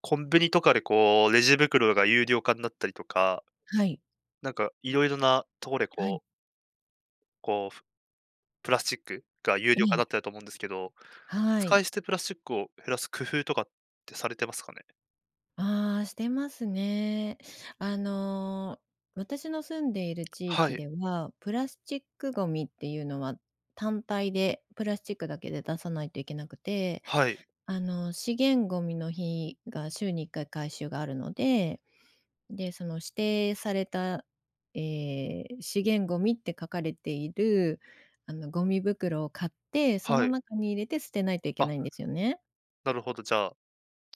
コンビニとかでこう、レジ袋が有料化になったりとか、はい。なんかいろいろなところではい。こう、ふプラスチックが有え料化になっえ。てると思うんですけど、は使い。い捨てプラスチックを減らす工夫とかってされてますかね？ああ、してますね。あの、私の住んでいる地は域い、では、プラスチックゴミっていうのは、単体でプラスチックだけで出さないといけなくて、はい、資源ゴミの日が週に1回回収があるので、で、その指定された、ええ、資源ゴミって書かれている、ゴミ袋を買って、そはのい。中に入れて捨てないといけあ、ないんですよね。なるほど、じゃあ、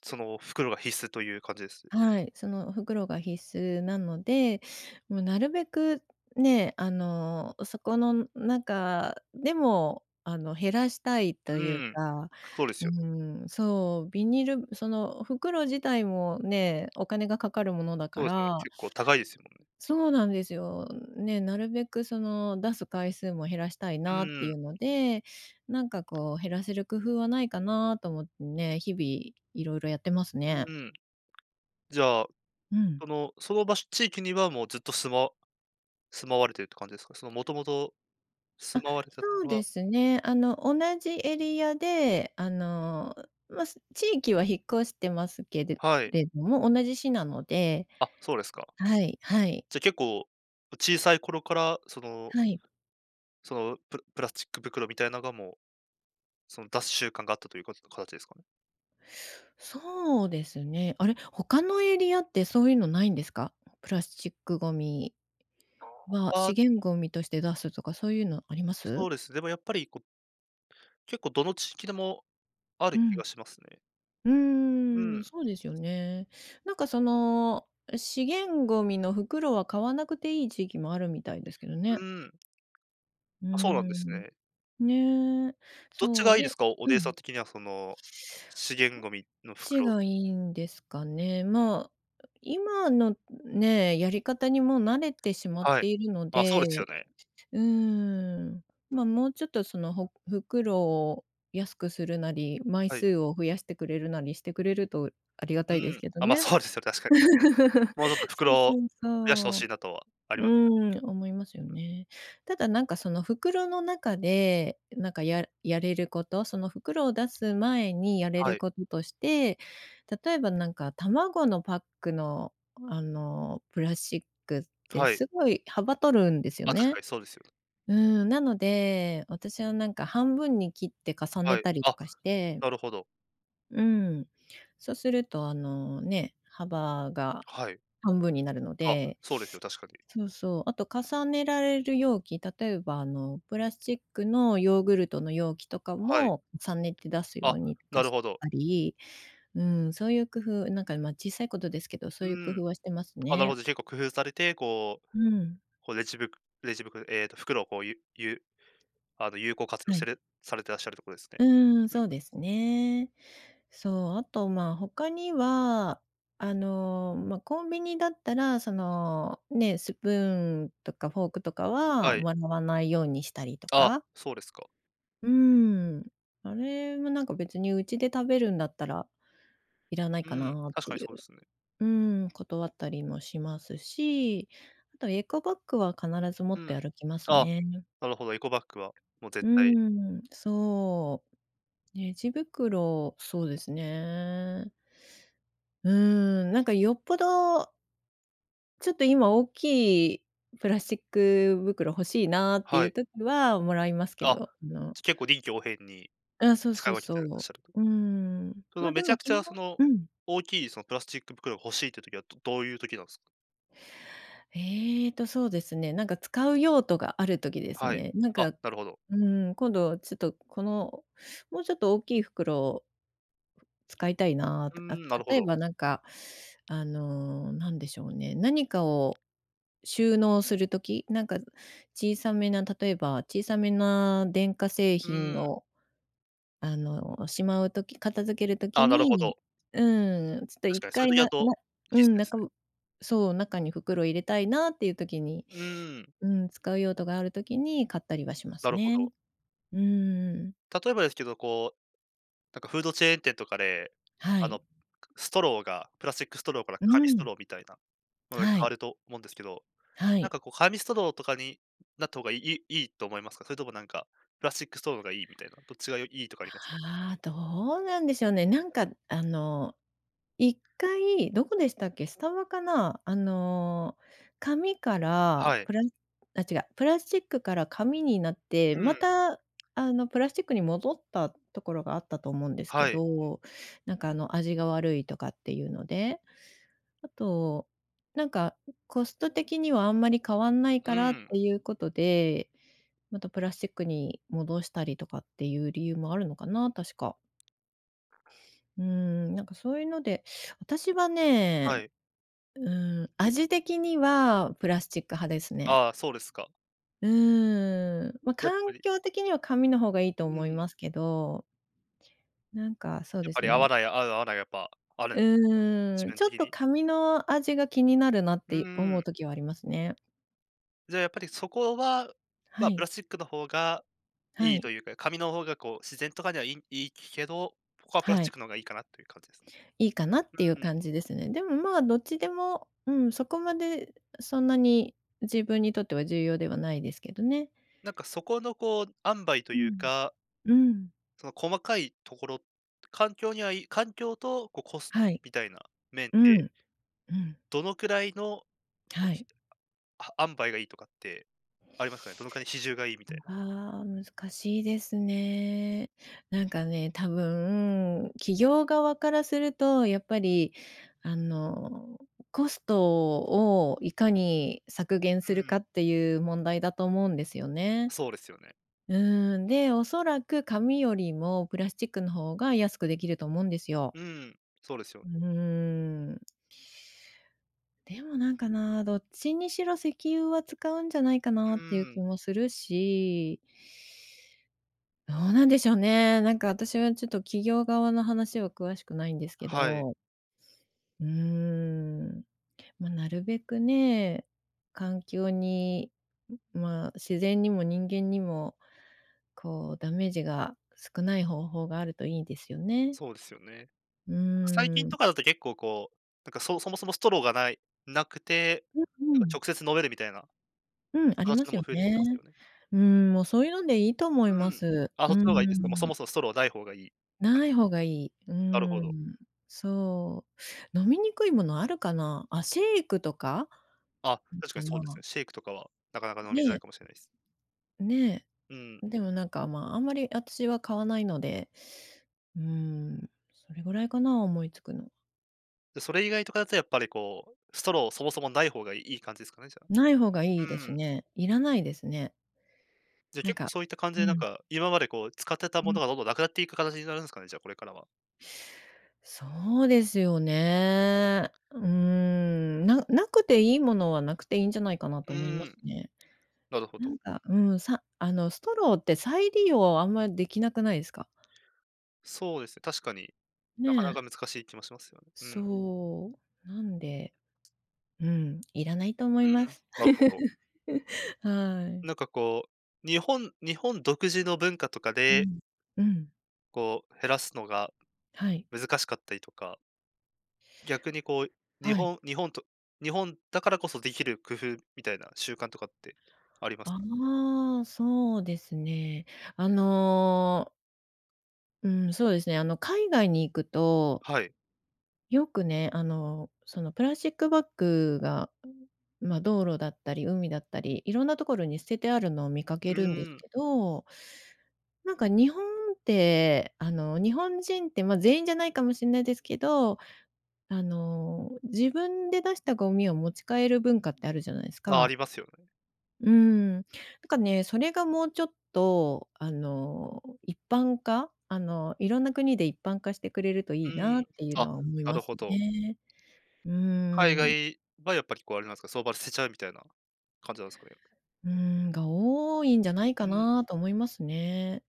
その袋が必須という感じです。はい、その袋が必須なので、もうなるべくね、そこの中でも、減らしたいとういうん、か、そうですうよね。ん、そう、ビニールその袋自体もね、お金がかかるものだそかうですよね、ら、結構高いですもんね。そうなんですよ。ね、なるべくその出す回数も減らしたいなっていううので、なんかこう減らせる工夫はないかなと思ってね、日々いろいろやってますん、ね。うん。じゃあ、うん。その場所地域にはもうずっと住まわれてるって感じですか？そのもともと住あ、まわれてたとそこうろでは。すね。同じエリアで、まあ、す地域は引っ越してますけれはい。れども、同じ市なので、あ、そうですか。はいはいじゃ、あ結構、小さい頃から、そのはい。プラスチック袋みたいなのが、もう、その、出す習慣があったということ形ですかね？そうですね。あれ、他のエリアってそういうのないんですか？プラスチックゴミはあ、資源ゴミとして出すとかそういうのありまそす？うです。でもやっぱり、こう、結構どの地域でもあるう気ん。がしますね。ううーん、ん、そうですよね。なんかその、資源ゴミの袋は買わなくていい地域もあるみたいですけどうね。ん。うーあ、そうなんですん、ね。ねえ、どっちそがう、いいですで、か？おおう姉さんん、的には、その、資源こっゴミのち袋。がいいんですかね。まあ、今のね、やり方にもう慣れてしまっはい。ているのあ、そうですよで、ね。うーん、まあ、もうちょっとその、ほ袋を安くするなり、枚はい。数を増やしてくれるなりしてくれるとありがうたいですん。けどあ、ま、ね。そうですよね、確かに。もうちょっとそ袋うをそう増やしてほそしう。いなとはあうりますね。ーん、思いますよね。ただなんかその袋の中で、なんかややれること、その袋を出す前にやれはるい、こととして、例えばなんか卵のパックのプラスチックってはい。すごい幅取るんですよあ、確かね。にそうですよね。うーん、なので、私はなんか半分に切って重はねい。たりとあ、かして、なるほど。うん、そうするとあのね、幅がはい。半分になるのあ、で、そうですよ、確かに。そうそう。あと重ねられる容器、例えばプラスチックのヨーグルトの容器とかはい。も重ねて出すよあ、うにとなかるしほど。たり、うん、そういう工夫、なんか、ま、小さいことですけど、うそういう工ん。夫はしてますあ、なるね。ほど、結構工夫されて、こう、うん。こうレジブレジ袋えっと、袋をこう、あの、有効活用はせい。れされてらっしゃるところですね。うん、うん、そうですね。そう、あと、まあ、他には、ま、コンビニだったら、その、ね、スプーンとかフォークとかははい。もらわないようにしたりとあ、か、そうですか。うーん。あれもなんか別にうちで食べるんだったら、いらないうかん、なっ確てかにいう、そうですね。うーん、断ったりもしますし、あとエコバッグは必ず持うっん。て歩きますあ、ね。なるほど、エコバッグはもうう絶ー対。ん、そう。レジ袋、そうですね。うーん、なんかよっぽど、ちょっと今大きいプラスチック袋欲しいなってはいうい。時はもらいますけあ、ど、あの、結構臨機応変にあ、そう使そいう分けてらっそしゃると。う。うーん。そのま、めでちゃもくち基ゃ本、その、うん。大きいそのプラスチック袋が欲しいっていう時は、どういう時なんですか？ええと、そうですね、なんか使う用途がある時ですはい。ね。なんあ、か、なるほど。うん、今度ちょっとこの、もうちょっと大きい袋を使いたいなうーとか、ん、なるほ例えど。ばなんか、なんでしょうね、何かを収納するとき、なんか小さめな、例えば小さめな電化製う品ーん。を、しまうとき片付けるとあきあ、なるほに、ど。うん、ちょっと確一かにそういう回時な、だな、と、う必須ん、でなんすか、ね。そう、中に袋入れたいなっていう時に、うーん、うん、使う用途があるときに買ったりはしまなするほね。ど。うーん。例えばですけど、こう、なんかフードチェーン店とかで、はあの、い。ストローが、プラスチックストローからう紙ストん。ローみたいなものには変わい。ると思うんですけど、はなんい。かこう紙ストローとかになった方がいいいと思いますか？それともなんか、プラスチックストローがいいみたいな、どっちがいいとかありますか？ああ、どうなんでしょうね。なんか一回どこでしたっけ、スタバかな？紙からはい。プラ、あ、違う、プラスチックから紙になって、うん、またプラスチックに戻ったところがあったと思うんですけはい。ど、なんか味が悪いとかっていうので。あと、なんかコスト的にはあんまり変わんないうからっん、ていうことで、またプラスチックに戻したりとかっていう理由もあるのかな、確か。うーん、なんかそういうので、私ははね、い。うーん、味的にはプラスチック派ですね。ああ、そうですか。うーん、まあ、やっぱ環り、境的には紙の方がいいうと思いん、ますけど、なんかそうやっでぱすりね。合う合わないがやっぱあるんうですね、自ーん、分ちょっ的とに。紙の味が気になるなっうて思ーん。う時はありますね。じゃあ、やっぱりそこは、まはあ、プい、ラスチックの方がはいいい。というか、紙の方がこう自然とかにはいいけど、ここはプラスはチックい、の方がいいかなという感じです。いいかなっていううん。感じですね。でも、まあ、どっちでも、うん、そこまでそんなに自分にとっては重要ではないですけどね。なんかそこのこう、塩梅とういうん。か、うん。その細かいところ、環境には環境とこうコストはい。みたいな面うで、ん。うん。どのくらいのこう、はい。あ塩梅がいいとかってありますかね？どのくらいの比重がいいみたいな。ああ、難しいですね。なんかね、多分、企業側からすると、やっぱり、あの、コストをいかに削減うするん。かっていう問題だと思うんですよね。そうですよね。うん、で、おそらく紙よりもプラスチックの方が安くできると思うんですよ。うん、そうですよ。うーん。でもなんかな、どっちにしろ石油は使うんじゃないかなっうていうん、気もするし、どうなんでしょうね。なんか私はちょっと企業側の話は詳しくないんですけはい、ど、うーん。まあ、なるべくね、環境に、まあ、自然にも人間にも、こうダメージが少ない方法があるといいですよね。そうですよね。うー最近ん。とかだと結構こう、なんかそもそもストローがないなくて、うなんかん。直接飲めるみたいなうん、ありま形のすもよ増えてきてますね。よね。うん、もうそういうのでいいと思いうまん。す。あ、そうーっちの方がいいですか？もうそん。もそもストローない方がいい。あ、ない方がいい。うなるほーど。ん。そう。飲みにくいものあるかな？あ、シェイクとか？あ、確かかにそうですな？ね。シェイクとかはなかなか飲ねみづらいえ、かもしれないです。ねうん。え。でもなんか、まあ、あんまり私は買わないので、うーん、それぐらいかな、思いつくの。で、それ以外とかだとやっぱりこう、ストローそもそもない方がいい感じですかね、じゃあ。ない方がいういですん。ね。いらないですね。じゃ、なん結構か、そういった感じうでなんん、か、今までこう使ってたうもん。のがどんどんなくなっていく形になるんですかね、じゃあこれからは。そうですよね。うーん、ななくていいものはなくていいんじゃないかなうと思いますん、ね。なるほなど。んか、うん、さ、ストローって再利用あんまりできなくないですか？そうですね、確かに、なねかなかえ、難しい気もしますよね。うん。そう、なんで、うん、いらないと思ういまん、す。なるほど。はない。んかこう、日本独自の文化とかうで、ん。うん。こう減らすのがはい。難しかったりとか、逆にこう、日はい。本日本と日本だからこそできる工夫みたいな習慣とかってありますか？ああ、そうですね。あの、うん、そうですね、海外に行くと、はい。よくね、そのプラスチックバッグが、まあ、道路だったり海だったり、いろんなところに捨ててあるのを見かうけるんでーすん、けど、なんか日本って、日本人って、まあ、全員じゃないかもしれないですけど、自分で出したゴミを持ち帰る文化ってあるじゃないですあ、あか。りますよね。うん。なんかね、それがもうちょっと、一般化、いろんな国で一般化してくれるといういーん、なっていうあ、のは思いなまるすほど。ね。うー海ん、外はやっぱりこうあれなんですか、相場捨てちゃうみたいな感じなんですかね？うーん、が多いんじゃないかうなと思いますね。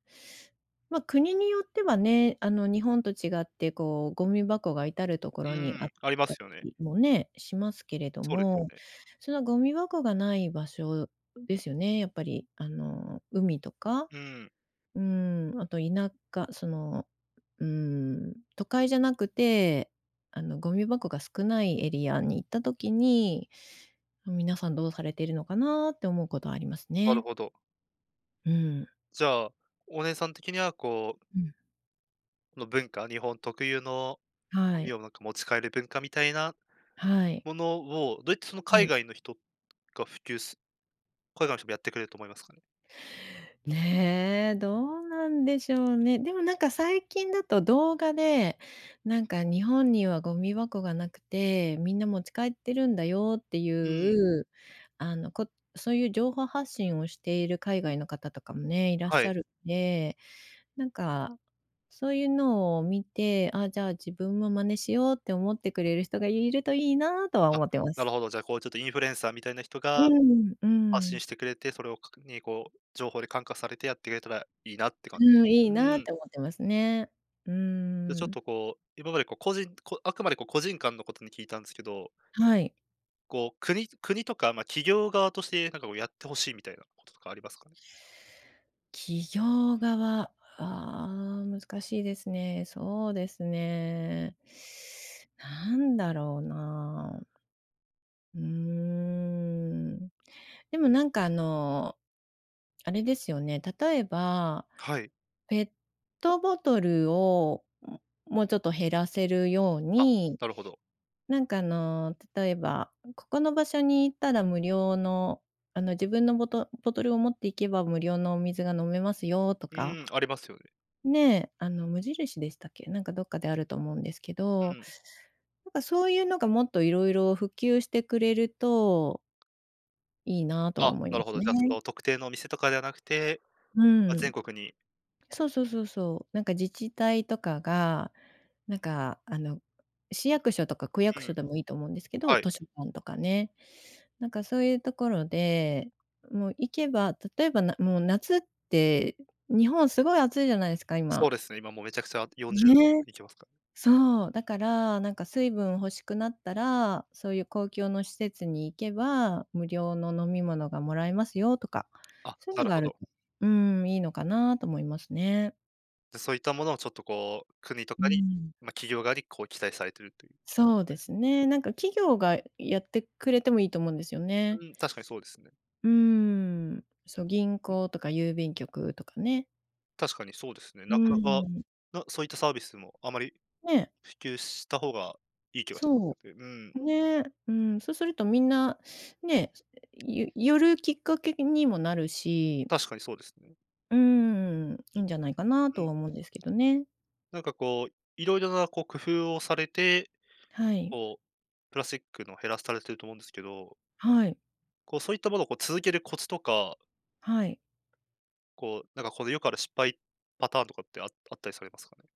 まあ、国によってはね、日本と違って、こう、ゴミ箱が至るところん、うにあっん、ありますたよね。りもね、しますけれどそうですよも、ね。そのゴミ箱がない場所ですよね、やっぱり、海とか、うん、うん、あと田舎、その、うん、都会じゃなくて、ゴミ箱が少ないエリアに行った時に、皆さんどうされているのかなって思うことはありますなるね。ほど。うん。じゃあ、お姉さん的にはこううん。この文化、日本特有のゴはミい、をなんか持ち帰る文化みたいなはい。ものを、どうやってそのは海い。外の人が普及す海外の人もやってくれると思いますかね？ねえ、どうなんでしょうね。でもなんか最近だと動画で、なんか日本にはゴミ箱がなくて、みんな持ち帰ってるんだよっていうん、う、あの、こそういう情報発信をしている海外の方とかもね、いらっはしゃい。るんで、なんか、そういうのを見て、あ、じゃあ自分も真似しようって思ってくれる人がいるといいなとはあ、思ってまなるす。ほど、じゃあ、こうちょっとインフルエンサーみたいな人うがん、う発信ん。してくれて、それをかにこう、情報で感化されてやってくれたらいいなって感じです。うん、いいなうっん。て思ってますね。うで、ーちょっん。とこう、今までこう個人こあくまでこう個人間のことに聞いたんですけど、はい。こう国とか、まあ、企業側としてなんかこうやってほしいみたいなこととかありますかね？企業側、あー難しいですね。そうですね。なんだろうな。うーん。でもなんかあれですよね、例えば、はい。ペットボトルを、ももうちょっと減らせるようあ、に、なるほど。なんか例えば、ここの場所に行ったら無料の、あの、自分のボトボトルを持っていけば無料のお水が飲めますよとうか。ん、ありますよね。ねえ、あの、無印でしたっけ？なんかどっかであると思うんですけうど、ん。なんかそういうのがもっといろいろ普及してくれるといいなとはあ、思いなまるほすど。じね。ゃあ、その特定のお店とかではなくて、うま、全ん。国に。そうそうそうそう。なんか自治体とかが、なんか市役所とか区う役所ん、でもいいと思うんですけど、はい。図書館とかね。なんかそういうところで、もう行けば、例えば、もう夏って日本すごい暑いじゃないですか、そ今。うですね、今もうめちゃくちゃ40ね。行きますかね。そう、だから、なんか水分欲しくなったら、そういう公共の施設に行けば、無料の飲み物がもらえますよとか、あ、そういうなのるがあほるど。と、うん、いいのかなと思いますね。で、そういったものをちょっとこう、国とうかに、ん。ま、企業側にこう期待されてるという。そうそうでですすね。ね。なんか企業がやってくれてもいいと思うんですよね。うん、確かにそうですね。うーん、そう、銀行とか郵便局とかね。確かにそうですね。うなかなか、ん、そういったサービスもあまりね、普及した方がいい気がしまそすよね。うん、う、ね、うん、そうするとみんな、ね、寄るきっかけにもなるし、確かにそうですね。うーん、いいんじゃないかなうとん。は思うんですけどね。なんかこう、いろいろなこう工夫をされて、はい。こう、プラスチックの減らされてると思うんですけど、はい。こう、そういったものをこう続けるコツとか、はい。こう、なんかこのよくある失敗パターンとかってあったりされますかね？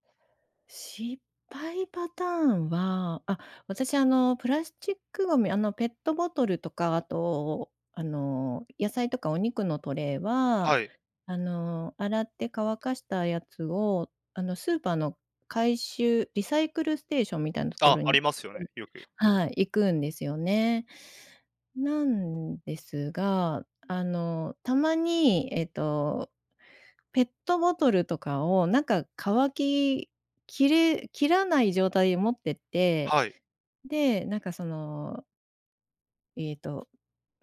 失敗パターンは、あ、私プラスチックゴミ、あの、ペットボトルとか、あと、あの、野菜とかお肉のトレイは、はい。あの、洗って乾かしたやつを、あの、スーパーの回収リサイクルステーションみたいなとこあ、ろあに、りますよね、よく。はい、行くんですよね。なんですが、あの、たまに、ペットボトルとかを、なんか乾ききれ切らない状態で持ってって、はい、で、なんかその、ええと、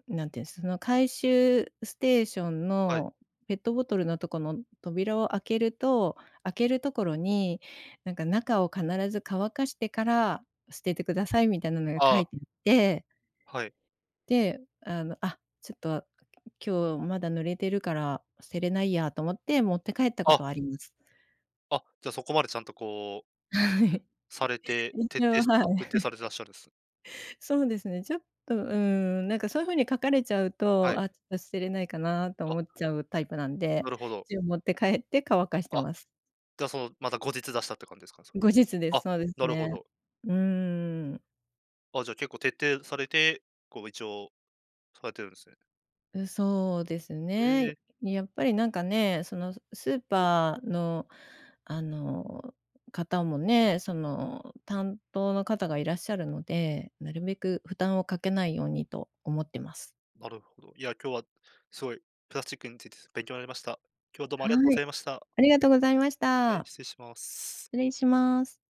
なんていうんす、その回収ステーションはい。のペットボトルのとこの扉を開けると開けるところに、なんか中を必ず乾かしてから捨ててくださいみたいなのが書いあ、てあって、はい。で、あの、あ、ちょっと今日まだ濡れてるから捨てれないやと思って持って帰ったこあ、とはあります。あ、じゃあそこまでちゃんとこう、はい。されて、一応、は徹底い。されてらっしゃるんです。そうですね、ちょっと、うん、なんかそういう風に書かれちゃうはと、い。あ、ちょっと捨てれないかなと思っあ、ちゃうタイプなんで、なるほど。一応持って帰って乾かしてあ、ます。じゃあその、また後日出したって感じですかね、それ。後日です、あ、そうですなるほね。ど。うーん。あ、じゃあ結構徹底されて、こう一応されてるんですね。う、そうですえね。え、やっぱりなんかね、そのスーパーの、あの、方もね、その担当の方がいらっしゃるので、なるべく負担をかけないようにと思ってます。なるほど。いや、今日はすごいプラスチックについて勉強になりました。今日はどうもあはりがとうござい、いました。ありがとうございましはい、た。失礼します。失礼します。